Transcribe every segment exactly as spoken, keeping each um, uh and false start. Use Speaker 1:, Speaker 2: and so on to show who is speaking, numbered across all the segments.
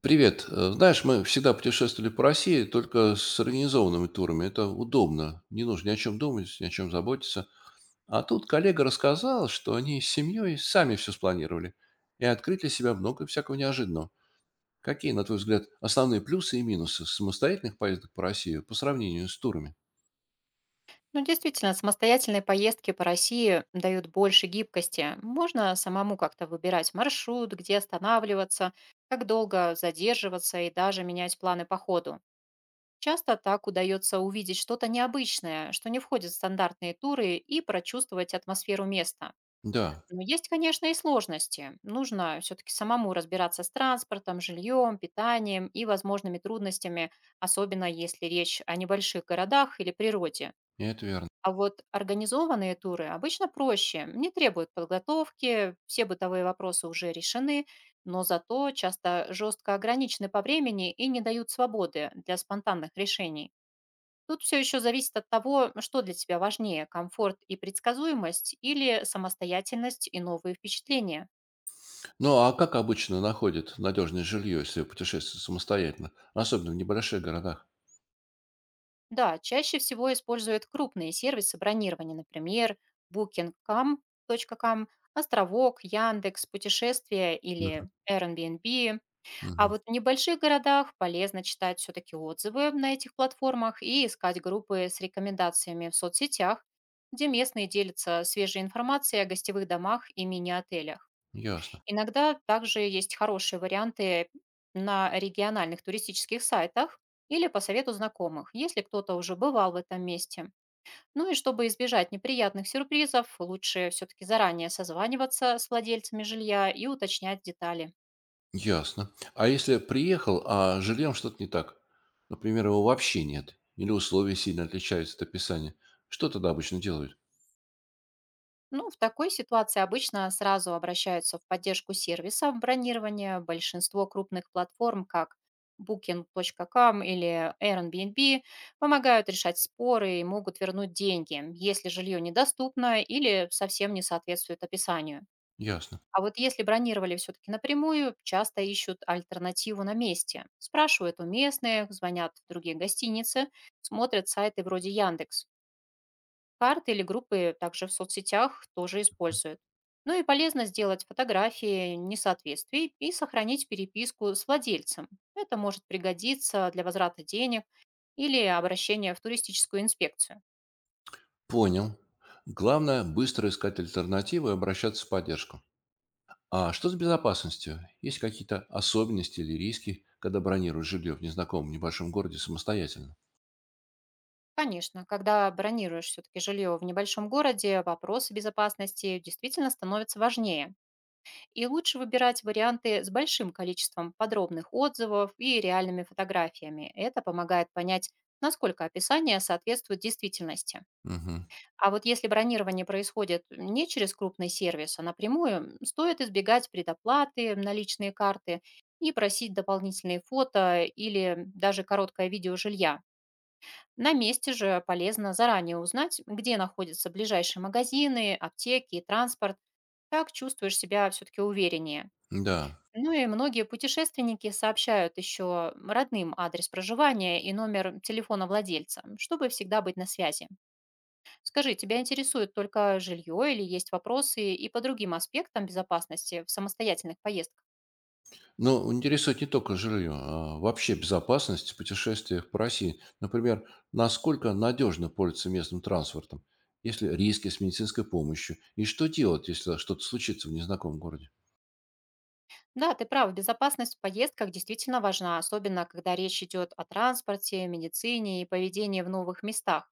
Speaker 1: Привет. Э, Знаешь, мы всегда путешествовали по России только с организованными турами. Это удобно. Не нужно ни о чем думать, ни о чем заботиться. А тут коллега рассказал, что они с семьей сами все спланировали и открыли для себя много всякого неожиданного. Какие, на твой взгляд, основные плюсы и минусы самостоятельных поездок по России по сравнению с турами?
Speaker 2: Ну, действительно, самостоятельные поездки по России дают больше гибкости. Можно самому как-то выбирать маршрут, где останавливаться, как долго задерживаться и даже менять планы по ходу. Часто так удается увидеть что-то необычное, что не входит в стандартные туры, и прочувствовать атмосферу места.
Speaker 1: Да,
Speaker 2: Но есть, конечно, и сложности. Нужно все-таки самому разбираться с транспортом, жильем, питанием и возможными трудностями, особенно если речь о небольших городах или природе.
Speaker 1: и это верно.
Speaker 2: А вот организованные туры обычно проще, не требуют подготовки, все бытовые вопросы уже решены, но зато часто жестко ограничены по времени и не дают свободы для спонтанных решений. Тут все еще зависит от того, что для тебя важнее – комфорт и предсказуемость или самостоятельность и новые впечатления.
Speaker 1: Ну а как обычно находят надежное жилье, если путешествуют самостоятельно, особенно в небольших городах?
Speaker 2: Да, чаще всего используют крупные сервисы бронирования, например, букинг точка ком, .com, Островок, Яндекс, путешествия
Speaker 1: Мгм.
Speaker 2: или Airbnb. А
Speaker 1: Мгм.
Speaker 2: вот в небольших городах полезно читать все-таки отзывы на этих платформах и искать группы с рекомендациями в соцсетях, где местные делятся свежей информацией о гостевых домах и мини-отелях.
Speaker 1: Ясно.
Speaker 2: Иногда также есть хорошие варианты на региональных туристических сайтах или по совету знакомых, если кто-то уже бывал в этом месте. Ну и чтобы избежать неприятных сюрпризов, лучше все-таки заранее созваниваться с владельцами жилья и уточнять детали.
Speaker 1: Ясно. А если приехал, а с жильем что-то не так? Например, его вообще нет. Или условия сильно отличаются от описания. Что тогда обычно делают?
Speaker 2: Ну, в такой ситуации обычно сразу обращаются в поддержку сервиса в бронирование. Большинство крупных платформ, как букинг точка ком или Airbnb, помогают решать споры и могут вернуть деньги, если жилье недоступно или совсем не соответствует описанию.
Speaker 1: Ясно.
Speaker 2: А вот если бронировали все-таки напрямую, часто ищут альтернативу на месте. Спрашивают у местных, звонят в другие гостиницы, смотрят сайты вроде Яндекс. Карты или группы также в соцсетях тоже используют. Ну и полезно сделать фотографии несоответствий и сохранить переписку с владельцем. Это может пригодиться для возврата денег или обращения в туристическую инспекцию.
Speaker 1: Понял. Главное, быстро искать альтернативы и обращаться в поддержку. А что с безопасностью? Есть какие-то особенности или риски, когда бронируют жилье в незнакомом небольшом городе самостоятельно?
Speaker 2: Конечно, когда бронируешь все-таки жилье в небольшом городе, вопросы безопасности действительно становятся важнее. И лучше выбирать варианты с большим количеством подробных отзывов и реальными фотографиями. Это помогает понять, насколько описание соответствует действительности.
Speaker 1: Угу.
Speaker 2: А вот если бронирование происходит не через крупный сервис, а напрямую, стоит избегать предоплаты, наличные карты и просить дополнительные фото или даже короткое видео жилья. На месте же полезно заранее узнать, где находятся ближайшие магазины, аптеки и транспорт. Так чувствуешь себя все-таки увереннее.
Speaker 1: Да,
Speaker 2: Ну и многие путешественники сообщают еще родным адрес проживания и номер телефона владельца, чтобы всегда быть на связи. Скажи, тебя интересует только жилье или есть вопросы и по другим аспектам безопасности в самостоятельных поездках?
Speaker 1: но интересует не только жилье, а вообще безопасность в путешествиях по России. Например, насколько надежно пользоваться местным транспортом? Есть ли риски с медицинской помощью? И что делать, если что-то случится в незнакомом городе?
Speaker 2: Да, ты прав, безопасность в поездках действительно важна, особенно когда речь идет о транспорте, медицине и поведении в новых местах.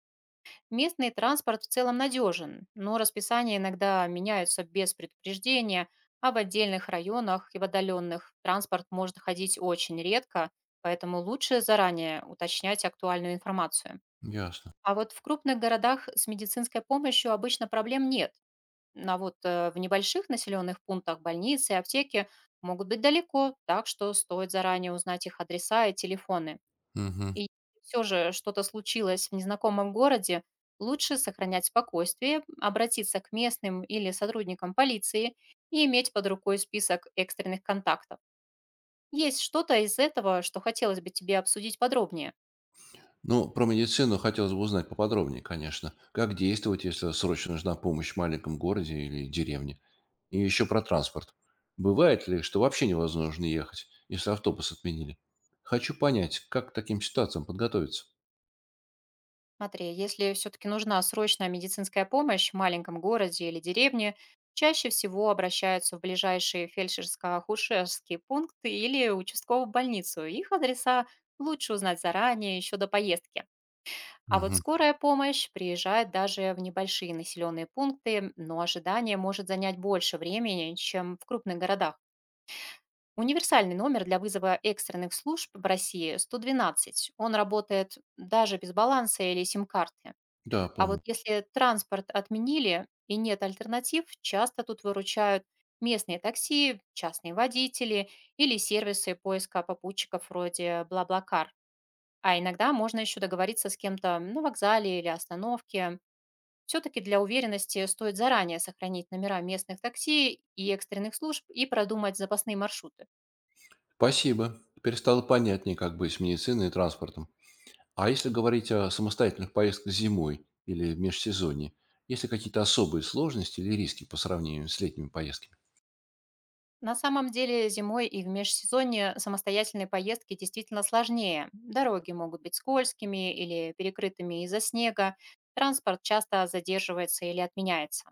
Speaker 2: Местный транспорт в целом надежен, но расписания иногда меняются без предупреждения, а в отдельных районах и в отдаленных транспорт может ходить очень редко, поэтому лучше заранее уточнять актуальную информацию.
Speaker 1: Ясно.
Speaker 2: А вот в крупных городах с медицинской помощью обычно проблем нет. А вот э, в небольших населенных пунктах больницы и аптеки могут быть далеко, так что стоит заранее узнать их адреса и телефоны.
Speaker 1: Мгм.
Speaker 2: И все же что-то случилось в незнакомом городе, лучше сохранять спокойствие, обратиться к местным или сотрудникам полиции и иметь под рукой список экстренных контактов. Есть что-то из этого, что хотелось бы тебе обсудить подробнее?
Speaker 1: Ну, про медицину хотелось бы узнать поподробнее, конечно. Как действовать, если срочно нужна помощь в маленьком городе или деревне? И еще про транспорт. Бывает ли, что вообще невозможно ехать, если автобус отменили? Хочу понять, как к таким ситуациям подготовиться.
Speaker 2: Смотри, если все-таки нужна срочная медицинская помощь в маленьком городе или деревне, чаще всего обращаются в ближайшие фельдшерско-акушерские пункты или участковую больницу. Их адреса лучше узнать заранее, еще до поездки. А вот
Speaker 1: Мгм.
Speaker 2: скорая помощь приезжает даже в небольшие населенные пункты, но ожидание может занять больше времени, чем в крупных городах. Универсальный номер для вызова экстренных служб в России – сто двенадцать. Он работает даже без баланса или сим-карты.
Speaker 1: Да,
Speaker 2: А вот
Speaker 1: помню.
Speaker 2: если транспорт отменили и нет альтернатив, часто тут выручают местные такси, частные водители или сервисы поиска попутчиков вроде Блаблакар. А иногда можно еще договориться с кем-то на вокзале или остановке. Все-таки для уверенности стоит заранее сохранить номера местных такси и экстренных служб и продумать запасные маршруты.
Speaker 1: Спасибо. Теперь стало понятнее, как быть с медициной и транспортом. А если говорить о самостоятельных поездках зимой или в межсезонье, есть ли какие-то особые сложности или риски по сравнению с летними поездками?
Speaker 2: На самом деле зимой и в межсезонье самостоятельные поездки действительно сложнее. Дороги могут быть скользкими или перекрытыми из-за снега, транспорт часто задерживается или отменяется.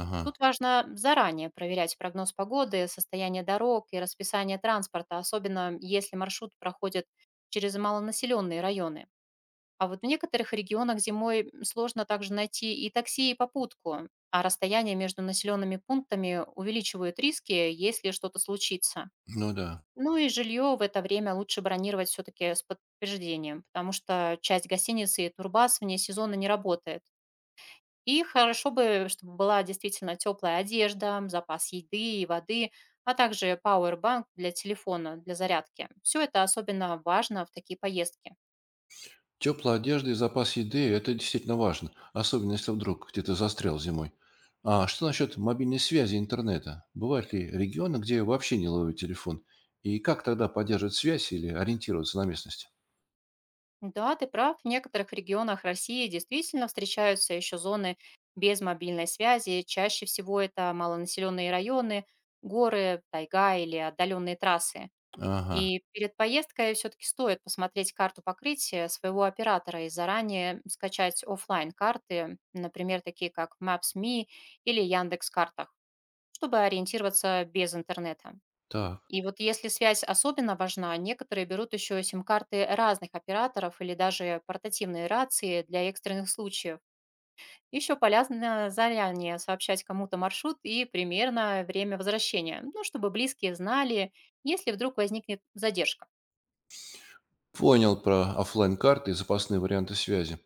Speaker 1: Ага,
Speaker 2: Тут важно заранее проверять прогноз погоды, состояние дорог и расписание транспорта, особенно если маршрут проходит через малонаселенные районы. А вот в некоторых регионах зимой сложно также найти и такси, и попутку, а расстояние между населенными пунктами увеличивают риски, если что-то случится.
Speaker 1: ну да.
Speaker 2: Ну и жилье в это время лучше бронировать все-таки с подтверждением, потому что часть гостиницы и турбаз вне сезона не работает. И хорошо бы, чтобы была действительно теплая одежда, запас еды и воды, а также пауэрбанк для телефона, для зарядки. Все это особенно важно в такие поездки.
Speaker 1: Теплая одежда и запас еды– это действительно важно, особенно если вдруг где-то застрял зимой. А что насчет мобильной связи и интернета? Бывают ли регионы, где вообще не ловят телефон? И как тогда поддерживать связь или ориентироваться на местность?
Speaker 2: Да, ты прав. В некоторых регионах России действительно встречаются еще зоны без мобильной связи. Чаще всего это малонаселенные районы, горы, тайга или отдаленные трассы.
Speaker 1: Ага,
Speaker 2: И перед поездкой все-таки стоит посмотреть карту покрытия своего оператора и заранее скачать оффлайн карты, например, такие как Maps.me или Яндекс.Картах, чтобы ориентироваться без интернета.
Speaker 1: так.
Speaker 2: И вот если связь особенно важна, некоторые берут еще сим-карты разных операторов или даже портативные рации для экстренных случаев. Еще полезно заранее сообщать кому-то маршрут и примерно время возвращения, ну, чтобы близкие знали, если вдруг возникнет задержка.
Speaker 1: Понял про оффлайн карты и запасные варианты связи.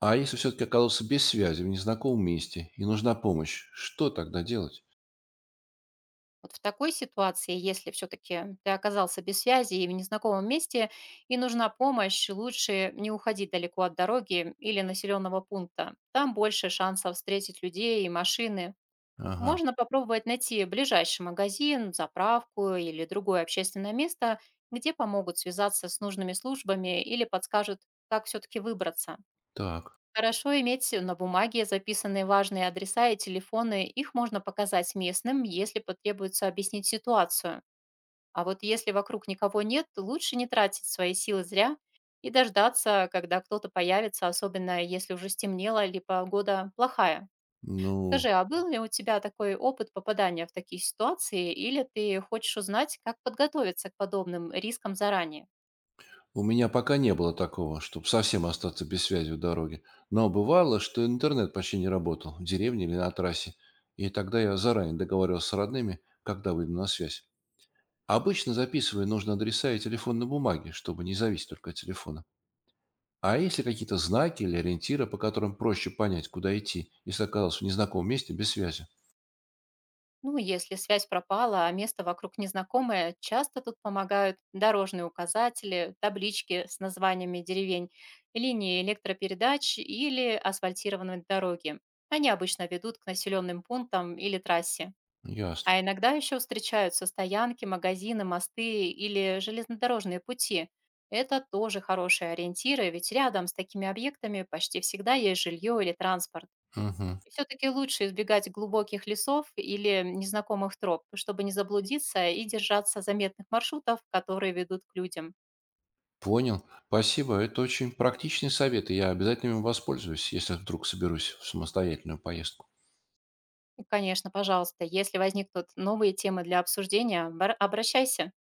Speaker 1: А если все-таки оказался без связи в незнакомом месте и нужна помощь, что тогда делать?
Speaker 2: Вот в такой ситуации, если все-таки ты оказался без связи и в незнакомом месте, и нужна помощь, лучше не уходить далеко от дороги или населенного пункта. Там больше шансов встретить людей и машины.
Speaker 1: Ага,
Speaker 2: Можно попробовать найти ближайший магазин, заправку или другое общественное место, где помогут связаться с нужными службами или подскажут, как все-таки выбраться.
Speaker 1: так.
Speaker 2: Хорошо иметь на бумаге записанные важные адреса и телефоны. Их можно показать местным, если потребуется объяснить ситуацию. А вот если вокруг никого нет, лучше не тратить свои силы зря и дождаться, когда кто-то появится, особенно если уже стемнело или погода плохая.
Speaker 1: Ну,
Speaker 2: Скажи, а был ли у тебя такой опыт попадания в такие ситуации, или ты хочешь узнать, как подготовиться к подобным рискам заранее?
Speaker 1: у меня пока не было такого, чтобы совсем остаться без связи в дороге. Но бывало, что интернет почти не работал в деревне или на трассе. И тогда я заранее договаривался с родными, когда выйду на связь. Обычно записываю нужные адреса и телефон на бумаге, чтобы не зависеть только от телефона. А есть ли какие-то знаки или ориентиры, по которым проще понять, куда идти, если оказался в незнакомом месте без связи?
Speaker 2: Ну, если связь пропала, а место вокруг незнакомое, часто тут помогают дорожные указатели, таблички с названиями деревень, линии электропередач или асфальтированные дороги. Они обычно ведут к населенным пунктам или трассе.
Speaker 1: Ясно.
Speaker 2: А иногда еще встречаются стоянки, магазины, мосты или железнодорожные пути. Это тоже хорошие ориентиры, ведь рядом с такими объектами почти всегда есть жилье или транспорт.
Speaker 1: Мгм.
Speaker 2: Все-таки лучше избегать глубоких лесов или незнакомых троп, чтобы не заблудиться и держаться заметных маршрутов, которые ведут к людям.
Speaker 1: Понял. Спасибо. Это очень практичные советы. Я обязательно им воспользуюсь, если вдруг соберусь в самостоятельную поездку.
Speaker 2: И, конечно, пожалуйста, если возникнут новые темы для обсуждения, бар- обращайся.